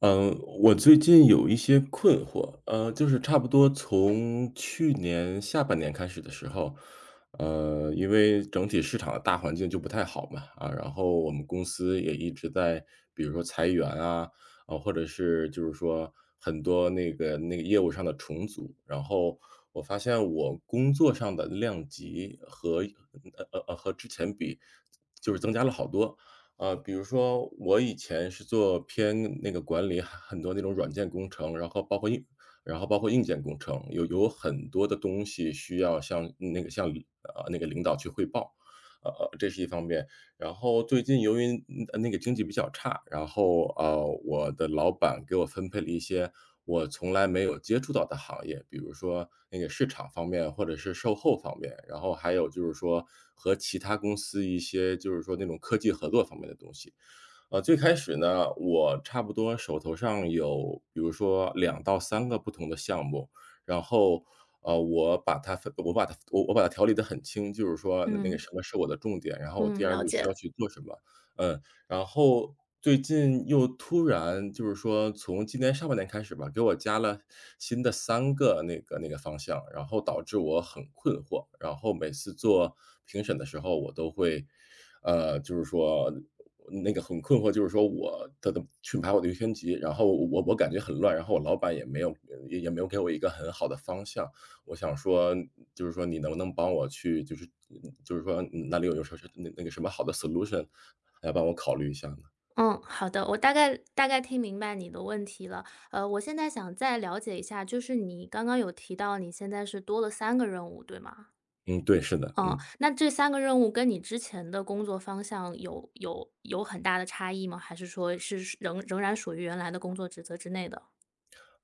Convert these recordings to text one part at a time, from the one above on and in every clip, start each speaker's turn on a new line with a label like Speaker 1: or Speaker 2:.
Speaker 1: 嗯，我最近有一些困惑，就是差不多从去年下半年开始的时候，因为整体市场的大环境就不太好嘛。啊，然后我们公司也一直在，比如说裁员啊，啊，或者是就是说很多那个业务上的重组。然后我发现我工作上的量级和之前比，就是增加了好多。比如说我以前是做偏那个管理，很多那种软件工程，然后包括硬件工程，有很多的东西需要向那个向，呃，那个领导去汇报。这是一方面。然后最近由于那个经济比较差，然后我的老板给我分配了一些我从来没有接触到的行业，比如说那个市场方面，或者是售后方面，然后还有就是说和其他公司一些就是说那种科技合作方面的东西。最开始呢，我差不多手头上有比如说2到3个不同的项目。然后我把它分我把它我我把它条理得很清，就是说那个
Speaker 2: 嗯
Speaker 1: 什么是我的重点，然后我
Speaker 2: 嗯，
Speaker 1: 第二
Speaker 2: 了
Speaker 1: 步需要
Speaker 2: 解。
Speaker 1: 去做什么。嗯，然后最近又突然就是说从今年上半年开始吧，给我加了新的三个那个方向，然后导致我很困惑。然后每次做评审的时候，我都会，就是说那个很困惑，就是说我去排我的优先级，然后我感觉很乱，然后我老板也没有给我一个很好的方向。我想说，就是说你能不能帮我去，就是就是说哪里有什么那个什么好的 solution，来帮我考虑一下呢？
Speaker 2: 嗯，好的，我大概听明白你的问题了。我现在想再了解一下，就是你刚刚有提到你现在是多了三个任务，对吗？
Speaker 1: 嗯，对，是的，
Speaker 2: 嗯，
Speaker 1: 嗯。
Speaker 2: 那这三个任务跟你之前的工作方向有很大的差异吗？还是说是仍然属于原来的工作职责之内的？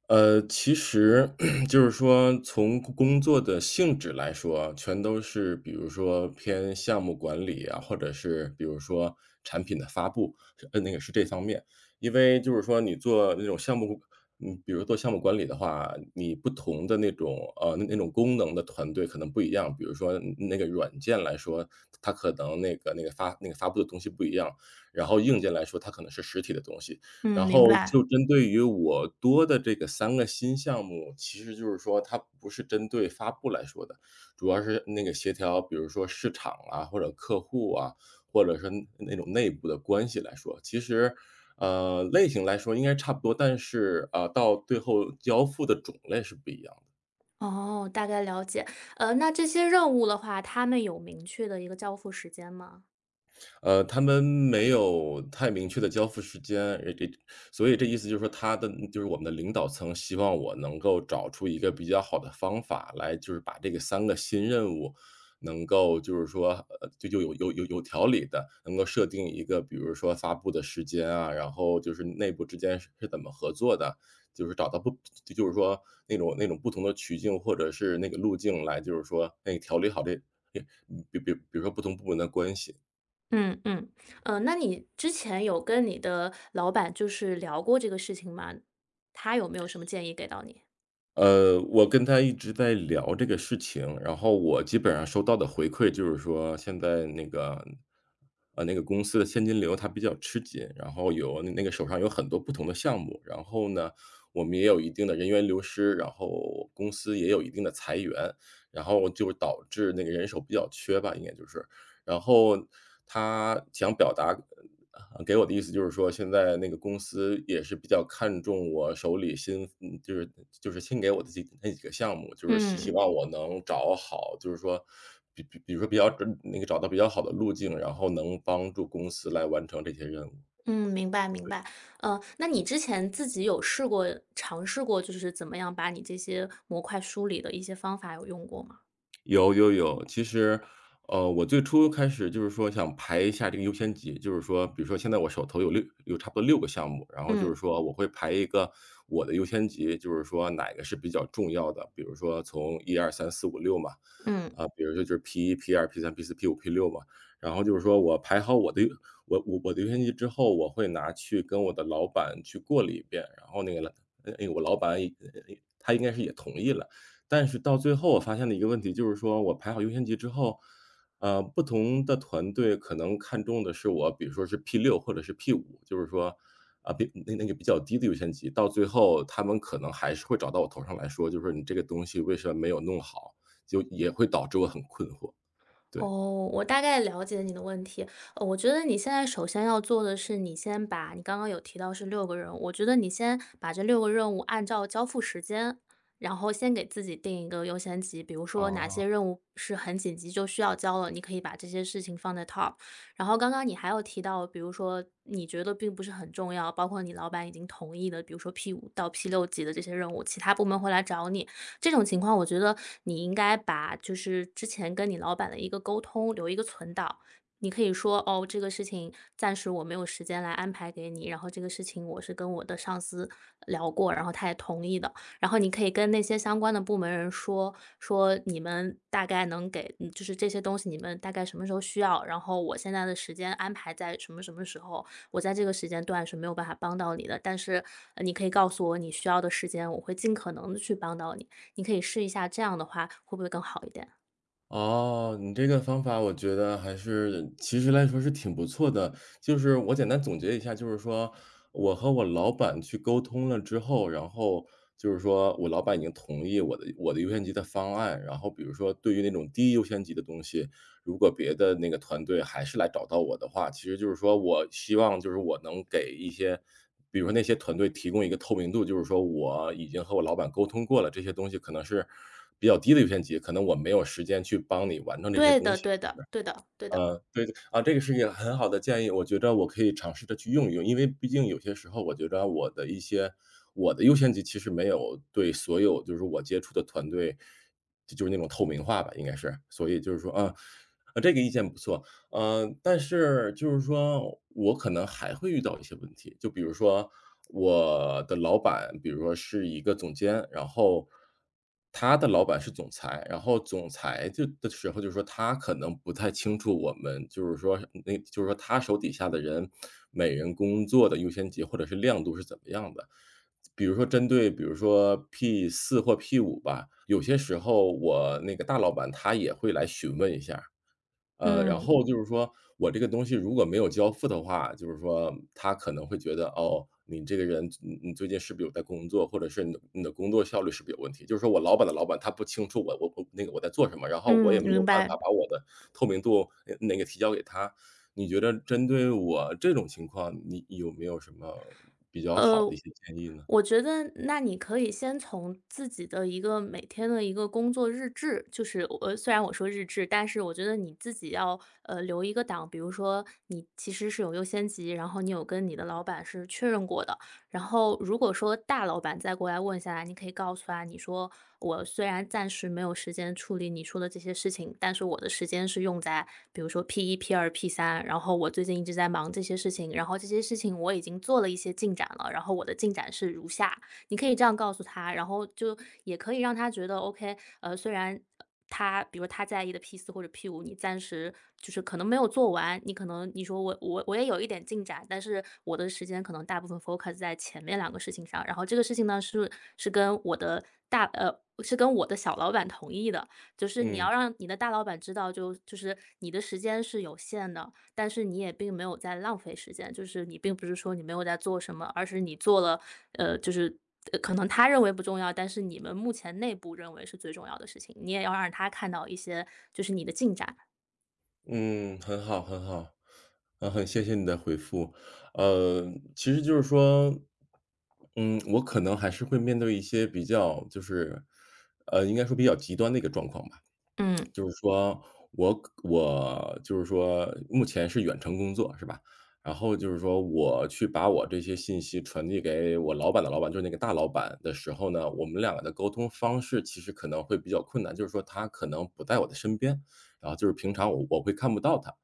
Speaker 1: 其实 就是说，从工作的性质来说，全都是比如说偏项目管理啊，或者是比如说产品的发布，那个是这方面。因为就是说，你做那种项目，嗯，比如做项目管理的话，你不同的那种那种功能的团队可能不一样。比如说那个软件来说，它可能那个那个发那个发布的东西不一样，然后硬件来说，它可能是实体的东西。
Speaker 2: 嗯，
Speaker 1: 然
Speaker 2: 明
Speaker 1: 后
Speaker 2: 白。
Speaker 1: 就针对于我多的这个3个新项目，其实就是说它不是针对发布来说的，主要是那个协调，比如说市场啊，或者客户啊，或者是那种内部的关系来说。其实，类型来说应该差不多，但是，啊，到最后交付的种类是不一样的。
Speaker 2: 哦，大概了解。那这些任务的话，他们有明确的一个交付时间吗？
Speaker 1: 他们没有太明确的交付时间。这所以这意思就是说，他的就是我们的领导层希望我能够找出一个比较好的方法来，就是把这个3个新任务能够就是说，就有条理的，能够设定一个，比如说发布的时间啊，然后就是内部之间是怎么合作的，就是找到不就是说那种不同的渠径或者是那个路径来，就是说，哎，调理好这比如说不同部门的关系。
Speaker 2: 嗯嗯，那你之前有跟你的老板就是聊过这个事情吗？他有没有什么建议给到你？
Speaker 1: 我跟他一直在聊这个事情，然后我基本上收到的回馈就是说，现在那个，那个公司的现金流它比较吃紧，然后有那个手上有很多不同的项目。然后呢，我们也有一定的人员流失，然后公司也有一定的裁员，然后就导致那个人手比较缺吧，应该就是。然后他想表达啊，给我的意思就是说，现在那个公司也是比较看重我手里新就是就是新给我的几个项目，就是希
Speaker 2: 嗯
Speaker 1: 望我能找好，就是说比如说比较准那个找到比较好的路径，然后能帮助公司来完成这些任务。
Speaker 2: 嗯，明白明白。那你之前自己有尝试过，就是怎么样把你这些模块梳理的一些方法有用过吗？
Speaker 1: 有，有，有，其实，我最初开始就是说想排一下这个优先级，就是说，比如说现在我手头有六有差不多6个项目，然后就是
Speaker 2: 嗯
Speaker 1: 说我会排一个我的优先级，就是说哪个是比较重要的，比如说从1、2、3、4、5、6嘛。
Speaker 2: 嗯。
Speaker 1: 啊，比如说就是 P1 P2 P3 P4 P5 P6嘛。然后就是说我排好我的优先级之后，我会拿去跟我的老板去过了一遍，然后那个了，我老板他应该是也同意了。但是到最后我发现了一个问题，就是说我排好优先级之后，不同的团队可能看中的是我，比如说是 p 六或者是 p 五，就是说，啊，比那个比较低的优先级，到最后他们可能还是会找到我头上来说，就是说你这个东西为什么没有弄好，就也会导致我很困惑，对。
Speaker 2: 哦，我大概了解你的问题。我觉得你现在首先要做的是，你先把你刚刚有提到是六个任务，我觉得你先把这六个任务按照交付时间，然后先给自己定一个优先级。比如说哪些
Speaker 1: 啊。
Speaker 2: 任务是很紧急就需要交了，你可以把这些事情放在 top。然后刚刚你还有提到，比如说你觉得并不是很重要，包括你老板已经同意的，比如说 P 五到 P6级的这些任务，其他部门会来找你。这种情况，我觉得你应该把就是之前跟你老板的一个沟通留一个存档。你可以说：“哦，这个事情暂时我没有时间来安排给你，然后这个事情我是跟我的上司聊过，然后他也同意的。”然后你可以跟那些相关的部门人说说你们大概能给，就是这些东西你们大概什么时候需要，然后我现在的时间安排在什么什么时候，我在这个时间段是没有办法帮到你的，但是你可以告诉我你需要的时间，我会尽可能的去帮到你。你可以试一下，这样的话会不会更好一点？
Speaker 1: 哦，你这个方法我觉得还是其实来说是挺不错的。就是我简单总结一下，就是说我和我老板去沟通了之后，然后就是说我老板已经同意我的优先级的方案。然后比如说对于那种低优先级的东西，如果别的那个团队还是来找到我的话，其实就是说我希望就是我能给一些比如说那些团队提供一个透明度，就是说我已经和我老板沟通过了，这些东西可能是比较低的优先级，可能我没有时间去帮你完成这些
Speaker 2: 对
Speaker 1: 东
Speaker 2: 的
Speaker 1: 西。
Speaker 2: 对的对的对的。
Speaker 1: 对，对，啊，这个是一个很好的建议。我觉得我可以尝试着去用一用，因为毕竟有些时候我觉着我的一些我的优先级其实没有对所有就是我接触的团队，就是那种透明化吧，应该是。所以就是说，啊，啊，这个意见不错。但是就是说我可能还会遇到一些问题，就比如说我的老板，比如说是一个总监，然后他的老板是总裁。然后总裁就的时候就是说他可能不太清楚我们就是说那就是说他手底下的人每人工作的优先级或者是亮度是怎么样的。比如说针对比如说 p 四或 P5吧，有些时候我那个大老板他也会来询问一下，然
Speaker 2: 嗯，
Speaker 1: 后就是说我这个东西如果没有交付的话，就是说他可能会觉得，哦，你这个人，你最近是不是有在工作，或者是你的工作效率是不是有问题？就是说我老板的老板他不清楚我我我那个我在做什么，然后我也
Speaker 2: 嗯，
Speaker 1: 没有
Speaker 2: 明
Speaker 1: 办法
Speaker 2: 白。
Speaker 1: 把我的透明度提交给他。你觉得针对我这种情况，你有没有什么比较好的
Speaker 2: 呃，
Speaker 1: 一些建议呢？
Speaker 2: 我觉得那你可以先从自己的一个每天的一个工作日志，就是我虽然我说日志，但是我觉得你自己要，留一个档，比如说你其实是有优先级，然后你有跟你的老板是确认过的，然后如果说大老板再过来问下来，你可以告诉他，你说我虽然暂时没有时间处理你说的这些事情，但是我的时间是用在比如说 P1、P2、P3，然后我最近一直在忙这些事情，然后这些事情我已经做了一些进展了，然后我的进展是如下，你可以这样告诉他，然后就也可以让他觉得 OK，虽然他比如他在意的 p 四或者 P5，你暂时就是可能没有做完，你可能你说我也有一点进展，但是我的时间可能大部分 focus 在前面两个事情上，然后这个事情呢是跟我的是跟我的小老板同意的，就是你
Speaker 1: 嗯。
Speaker 2: 要让你的大老板知道就是你的时间是有限的，但是你也并没有在浪费时间，就是你并不是说你没有在做什么，而是你做了，就是可能他认为不重要，但是你们目前内部认为是最重要的事情，你也要让他看到一些就是你的进展。
Speaker 1: 嗯，很好很好，啊，很谢谢你的回复。呃，其实就是说，嗯，我可能还是会面对一些比较就是，应该说比较极端的一个状况吧。
Speaker 2: 嗯
Speaker 1: 就是说我就是说目前是远程工作是吧？然后就是说我去把我这些信息传递给我老板的老板，就是那个大老板的时候呢，我们两个的沟通方式其实可能会比较困难，就是说他可能不在我的身边，然后就是平常我会看不到他。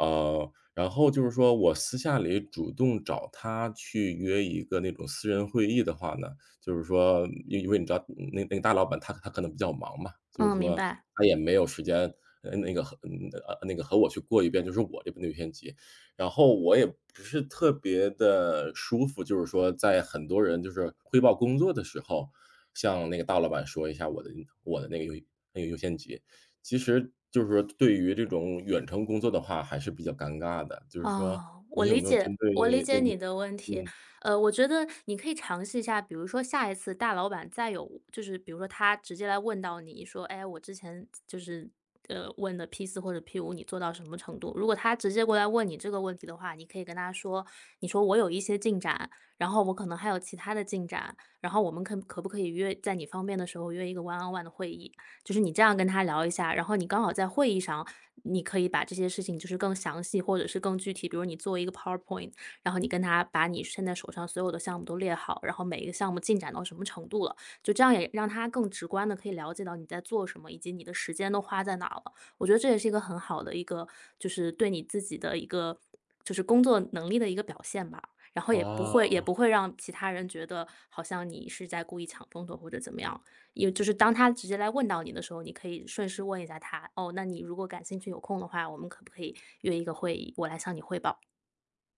Speaker 1: 然后就是说我私下里主动找他去约一个那种私人会议的话呢，就是说，因为你知道那个大老板他可能比较忙嘛，就是
Speaker 2: 嗯，明
Speaker 1: 说
Speaker 2: 白。
Speaker 1: 他也没有时间，呃那个和嗯呃，那个和我去过一遍，就是我这边的优先级。然后我也不是特别的舒服，就是说在很多人就是汇报工作的时候，向那个大老板说一下我的那个优先级。其实就是说对于这种远程工作的话还是比较尴尬的，就是说
Speaker 2: 哦，我
Speaker 1: 你有
Speaker 2: 理
Speaker 1: 没有针
Speaker 2: 解我理
Speaker 1: 对那
Speaker 2: 解
Speaker 1: 个
Speaker 2: 你的问
Speaker 1: 嗯，
Speaker 2: 题。我觉得你可以尝试一下，比如说下一次大老板再有就是比如说他直接来问到你说：“哎，我之前就是，问的 p 四或者 p 五，你做到什么程度？”如果他直接过来问你这个问题的话，你可以跟他说，你说：“我有一些进展，然后我可能还有其他的进展。”然后我们可不可以约在你方便的时候约一个 one on one 的会议？就是你这样跟他聊一下，然后你刚好在会议上，你可以把这些事情就是更详细或者是更具体，比如你做一个 PowerPoint，然后你跟他把你现在手上所有的项目都列好，然后每一个项目进展到什么程度了，就这样也让他更直观的可以了解到你在做什么，以及你的时间都花在哪儿了。我觉得这也是一个很好的一个，就是对你自己的一个，就是工作能力的一个表现吧。然后也不会
Speaker 1: 啊。
Speaker 2: 也不会让其他人觉得好像你是在故意抢风头或者怎么样。因为就是当他直接来问到你的时候，你可以顺势问一下他：“哦，那你如果感兴趣有空的话，我们可不可以约一个会议，我来向你汇报？”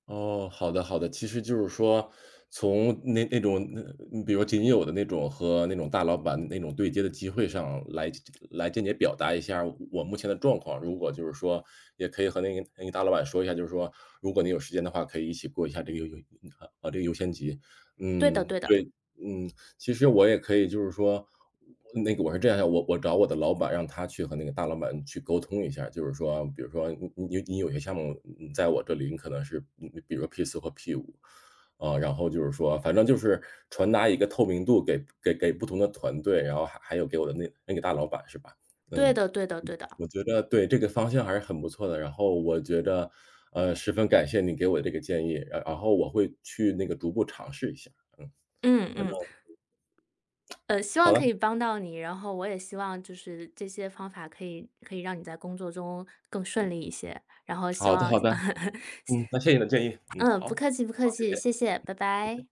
Speaker 1: 哦，好的好的。其实就是说，从那那比如仅有的那种和那种大老板那种对接的机会上来间接表达一下我目前的状况。如果就是说也可以和那个大老板说一下，就是说如果你有时间的话，可以一起过一下这个啊，这个优先级。
Speaker 2: 对的
Speaker 1: 嗯，
Speaker 2: 对的，
Speaker 1: 对，嗯。其实我也可以就是说，那个我是这样想，我找我的老板，让他去和那个大老板去沟通一下，就是说，比如说你有些项目，你在我这里你可能是，你比如说 p 四或 p 五，啊，然后就是说，反正就是传达一个透明度给不同的团队，然后还有给我的那个大老板是吧？
Speaker 2: 对
Speaker 1: 嗯，
Speaker 2: 的对的对的。
Speaker 1: 我觉得对，这个方向还是很不错的。然后我觉得，十分感谢你给我这个建议，然后我会去那个逐步尝试一下。嗯，
Speaker 2: 嗯
Speaker 1: 反正
Speaker 2: 嗯，希
Speaker 1: 好
Speaker 2: 望
Speaker 1: 了，
Speaker 2: 可以帮到你，然后我也希望就是这些方法可以让你在工作中更顺利一些，然后希
Speaker 1: 好的
Speaker 2: 望
Speaker 1: 好的。嗯，那谢谢你的建议，嗯，
Speaker 2: 嗯，
Speaker 1: 好，
Speaker 2: 不客气不客
Speaker 1: 好，谢
Speaker 2: 气，
Speaker 1: 谢。
Speaker 2: 谢谢，拜
Speaker 1: 谢谢。
Speaker 2: 拜。